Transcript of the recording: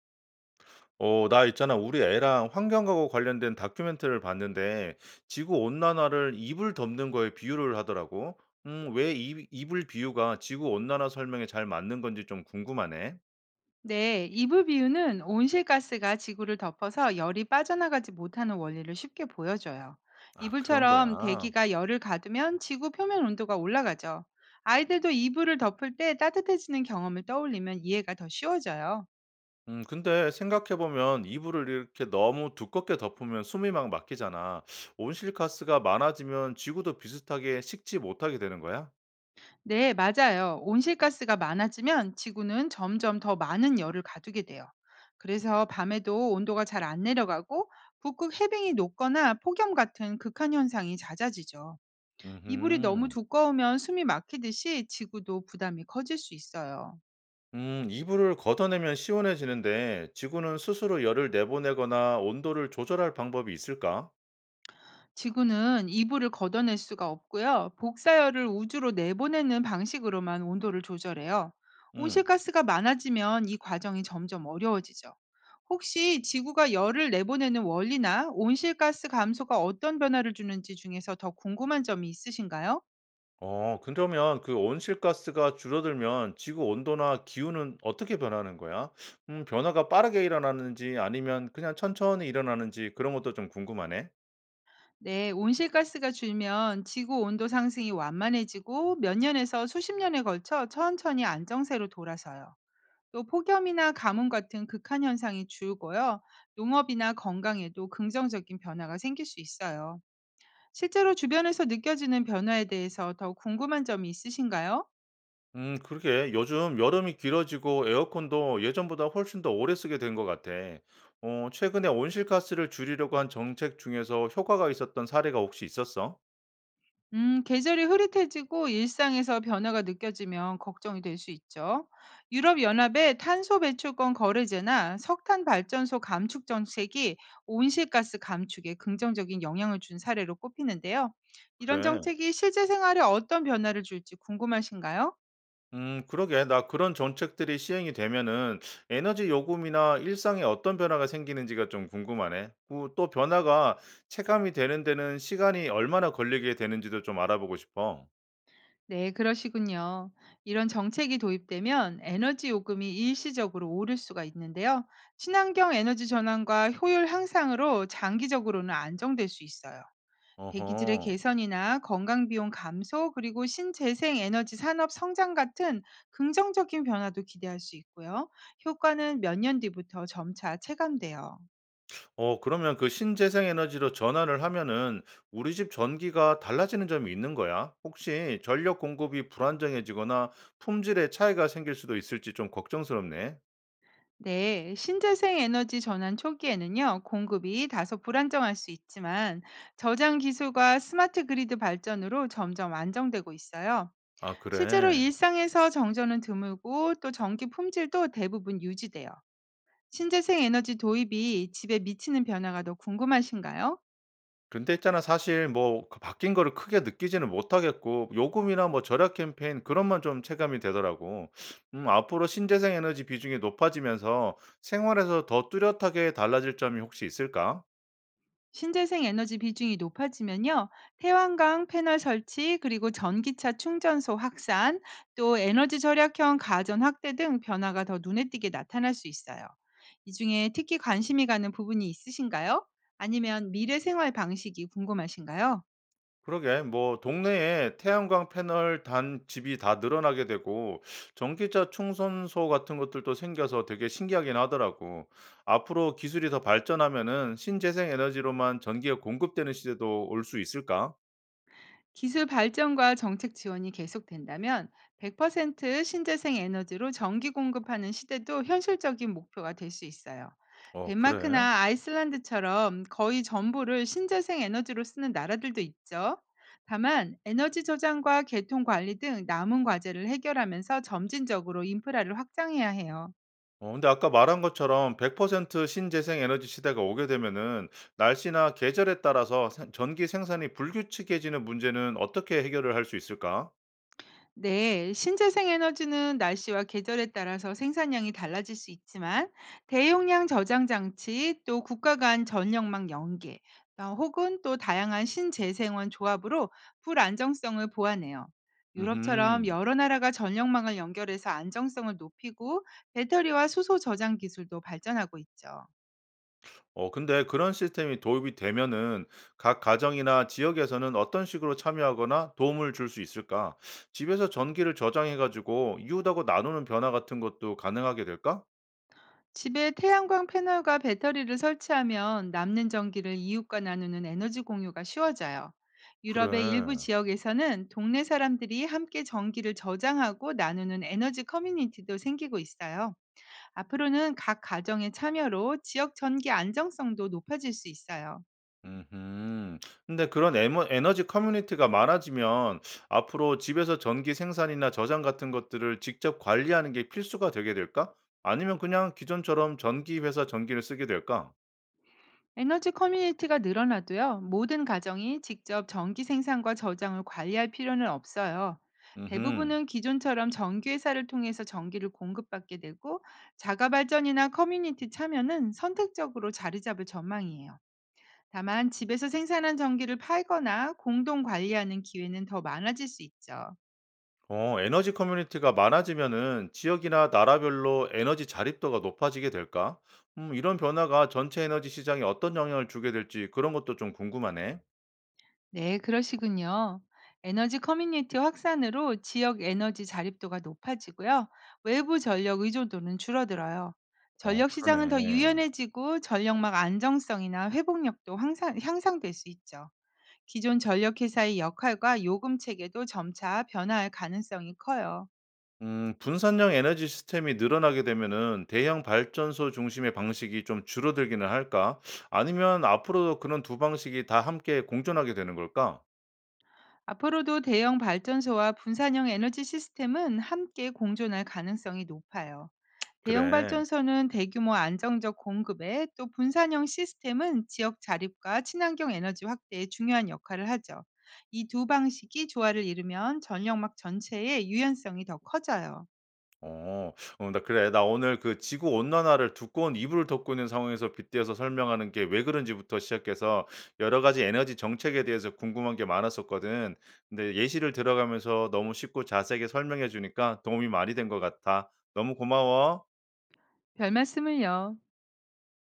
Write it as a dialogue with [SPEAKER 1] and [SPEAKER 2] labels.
[SPEAKER 1] 나 있잖아. 우리 애랑 환경하고 관련된 다큐멘터리를 봤는데 지구 온난화를 이불 덮는 거에 비유를 하더라고. 왜 이불 비유가 지구 온난화 설명에 잘 맞는 건지 좀 궁금하네.
[SPEAKER 2] 네, 이불 비유는 온실가스가 지구를 덮어서 열이 빠져나가지 못하는 원리를 쉽게 보여줘요.
[SPEAKER 1] 아, 그런
[SPEAKER 2] 이불처럼
[SPEAKER 1] 거야.
[SPEAKER 2] 대기가 열을 가두면 지구 표면 온도가 올라가죠. 아이들도 이불을 덮을 때 따뜻해지는 경험을 떠올리면 이해가 더 쉬워져요.
[SPEAKER 1] 근데 생각해보면 이불을 이렇게 너무 두껍게 덮으면 숨이 막 막히잖아. 온실가스가 많아지면 지구도 비슷하게 식지 못하게 되는 거야?
[SPEAKER 2] 네, 맞아요. 온실가스가 많아지면 지구는 점점 더 많은 열을 가두게 돼요. 그래서 밤에도 온도가 잘 안 내려가고 북극 해빙이 녹거나 폭염 같은 극한 현상이 잦아지죠. 이불이 너무
[SPEAKER 1] 음흠.
[SPEAKER 2] 두꺼우면 숨이 막히듯이 지구도 부담이 커질 수 있어요.
[SPEAKER 1] 이불을 걷어내면 시원해지는데 지구는 스스로 열을 내보내거나 온도를 조절할 방법이 있을까?
[SPEAKER 2] 지구는 이불을 걷어낼 수가 없고요. 복사열을 우주로 내보내는 방식으로만 온도를 조절해요.
[SPEAKER 1] 음.
[SPEAKER 2] 온실가스가 많아지면 이 과정이 점점 어려워지죠. 혹시 지구가 열을 내보내는 원리나 온실가스 감소가 어떤 변화를 주는지 중에서 더 궁금한 점이 있으신가요?
[SPEAKER 1] 그러면 그 온실가스가 줄어들면 지구 온도나 기후는 어떻게 변하는 거야? 변화가 빠르게 일어나는지 아니면 그냥 천천히 일어나는지 그런 것도 좀 궁금하네.
[SPEAKER 2] 네, 온실가스가 줄면 지구 온도 상승이 완만해지고 몇 년에서 수십 년에 걸쳐 천천히 안정세로 돌아서요. 또 폭염이나 가뭄 같은 극한 현상이 줄고요. 농업이나 건강에도 긍정적인 변화가 생길 수 있어요. 실제로 주변에서 느껴지는 변화에 대해서 더 궁금한 점이 있으신가요?
[SPEAKER 1] 그러게. 요즘 여름이 길어지고 에어컨도 예전보다 훨씬 더 오래 쓰게 된 것 같아. 최근에 온실가스를 줄이려고 한 정책 중에서 효과가 있었던 사례가 혹시 있었어?
[SPEAKER 2] 계절이 흐릿해지고 일상에서 변화가 느껴지면 걱정이 될 수 있죠. 유럽연합의 탄소 배출권 거래제나 석탄 발전소 감축 정책이 온실가스 감축에 긍정적인 영향을 준 사례로 꼽히는데요. 이런
[SPEAKER 1] 그래.
[SPEAKER 2] 정책이 실제 생활에 어떤 변화를 줄지 궁금하신가요?
[SPEAKER 1] 그러게. 나 그런 정책들이 시행이 되면은 에너지 요금이나 일상에 어떤 변화가 생기는지가 좀 궁금하네. 그 또 변화가 체감이 되는 데는 시간이 얼마나 걸리게 되는지도 좀 알아보고 싶어.
[SPEAKER 2] 네, 그러시군요. 이런 정책이 도입되면 에너지 요금이 일시적으로 오를 수가 있는데요. 친환경 에너지 전환과 효율 향상으로 장기적으로는 안정될 수 있어요. 대기질의
[SPEAKER 1] 어허.
[SPEAKER 2] 개선이나 건강 비용 감소 그리고 신재생 에너지 산업 성장 같은 긍정적인 변화도 기대할 수 있고요. 효과는 몇 년 뒤부터 점차 체감돼요.
[SPEAKER 1] 그러면 그 신재생 에너지로 전환을 하면은 우리 집 전기가 달라지는 점이 있는 거야? 혹시 전력 공급이 불안정해지거나 품질에 차이가 생길 수도 있을지 좀 걱정스럽네.
[SPEAKER 2] 네, 신재생 에너지 전환 초기에는요, 공급이 다소 불안정할 수 있지만, 저장 기술과 스마트 그리드 발전으로 점점 안정되고 있어요.
[SPEAKER 1] 아,
[SPEAKER 2] 실제로
[SPEAKER 1] 그래.
[SPEAKER 2] 일상에서 정전은 드물고, 또 전기 품질도 대부분 유지돼요. 신재생 에너지 도입이 집에 미치는 변화가 더 궁금하신가요?
[SPEAKER 1] 근데 있잖아 사실 뭐 그 바뀐 거를 크게 느끼지는 못하겠고 요금이나 뭐 절약 캠페인 그런만 좀 체감이 되더라고. 앞으로 신재생 에너지 비중이 높아지면서 생활에서 더 뚜렷하게 달라질 점이 혹시 있을까?
[SPEAKER 2] 신재생 에너지 비중이 높아지면요, 태양광 패널 설치, 그리고 전기차 충전소 확산, 또 에너지 절약형 가전 확대 등 변화가 더 눈에 띄게 나타날 수 있어요. 이 중에 특히 관심이 가는 부분이 있으신가요? 아니면 미래 생활 방식이 궁금하신가요?
[SPEAKER 1] 그러게 뭐 동네에 태양광 패널 단 집이 다 늘어나게 되고 전기차 충전소 같은 것들도 생겨서 되게 신기하긴 하더라고. 앞으로 기술이 더 발전하면은 신재생 에너지로만 전기가 공급되는 시대도 올 수 있을까?
[SPEAKER 2] 기술 발전과 정책 지원이 계속된다면 100% 신재생 에너지로 전기 공급하는 시대도 현실적인 목표가 될 수 있어요.
[SPEAKER 1] 어, 그래.
[SPEAKER 2] 덴마크나 아이슬란드처럼 거의 전부를 신재생 에너지로 쓰는 나라들도 있죠. 다만 에너지 저장과 개통 관리 등 남은 과제를 해결하면서 점진적으로 인프라를 확장해야 해요.
[SPEAKER 1] 근데 아까 말한 것처럼 100% 신재생 에너지 시대가 오게 되면은 날씨나 계절에 따라서 생 전기 생산이 불규칙해지는 문제는 어떻게 해결을 할 수 있을까?
[SPEAKER 2] 네, 신재생 에너지는 날씨와 계절에 따라서 생산량이 달라질 수 있지만 대용량 저장 장치 또 국가 간 전력망 연계 혹은 또 다양한 신재생원 조합으로 불 안정성을 보완해요. 유럽처럼
[SPEAKER 1] 음
[SPEAKER 2] 여러 나라가 전력망을 연결해서 안정성을 높이고 배터리와 수소 저장 기술도 발전하고 있죠.
[SPEAKER 1] 근데 그런 시스템이 도입이 되면은 각 가정이나 지역에서는 어떤 식으로 참여하거나 도움을 줄 수 있을까? 집에서 전기를 저장해 가지고 이웃하고 나누는 변화 같은 것도 가능하게 될까?
[SPEAKER 2] 집에 태양광 패널과 배터리를 설치하면 남는 전기를 이웃과 나누는 에너지 공유가 쉬워져요. 유럽의 일부
[SPEAKER 1] 그래.
[SPEAKER 2] 지역에서는 동네 사람들이 함께 전기를 저장하고 나누는 에너지 커뮤니티도 생기고 있어요. 앞으로는 각 가정의 참여로 지역 전기 안정성도 높아질 수 있어요.
[SPEAKER 1] 음흠. 근데 그런 에머 에너지 커뮤니티가 많아지면 앞으로 집에서 전기 생산이나 저장 같은 것들을 직접 관리하는 게 필수가 되게 될까? 아니면 그냥 기존처럼 전기 회사 전기를 쓰게 될까?
[SPEAKER 2] 에너지 커뮤니티가 늘어나도요, 모든 가정이 직접 전기 생산과 저장을 관리할 필요는 없어요.
[SPEAKER 1] 음
[SPEAKER 2] 대부분은 기존처럼 전기회사를 통해서 전기를 공급받게 되고, 자가발전이나 커뮤니티 참여는 선택적으로 자리 잡을 전망이에요. 다만, 집에서 생산한 전기를 팔거나 공동 관리하는 기회는 더 많아질 수 있죠.
[SPEAKER 1] 에너지 커뮤니티가 많아지면은 지역이나 나라별로 에너지 자립도가 높아지게 될까? 이런 변화가 전체 에너지 시장에 어떤 영향을 주게 될지 그런 것도 좀 궁금하네.
[SPEAKER 2] 네, 그러시군요. 에너지 커뮤니티 확산으로 지역 에너지 자립도가 높아지고요. 외부 전력 의존도는 줄어들어요. 전력 시장은 더
[SPEAKER 1] 그러네.
[SPEAKER 2] 유연해지고 전력망 안정성이나 회복력도 향상될 수 있죠. 기존 전력 회사의 역할과 요금 체계도 점차 변화할 가능성이 커요.
[SPEAKER 1] 분산형 에너지 시스템이 늘어나게 되면은 대형 발전소 중심의 방식이 좀 줄어들기는 할까? 아니면 앞으로도 그런 두 방식이 다 함께 공존하게 되는 걸까?
[SPEAKER 2] 앞으로도 대형 발전소와 분산형 에너지 시스템은 함께 공존할 가능성이 높아요. 대형
[SPEAKER 1] 그래.
[SPEAKER 2] 발전소는 대규모 안정적 공급에 또 분산형 시스템은 지역 자립과 친환경 에너지 확대에 중요한 역할을 하죠. 이 두 방식이 조화를 이루면 전력막 전체의 유연성이 더 커져요.
[SPEAKER 1] 어, 나 그래. 나 오늘 그 지구 온난화를 두꺼운 이불을 덮고 있는 상황에서 빗대어서 설명하는 게 왜 그런지부터 시작해서 여러 가지 에너지 정책에 대해서 궁금한 게 많았었거든. 근데 예시를 들어가면서 너무 쉽고 자세하게 설명해 주니까 도움이 많이 된 것 같아. 너무 고마워.
[SPEAKER 2] 별 말씀을요.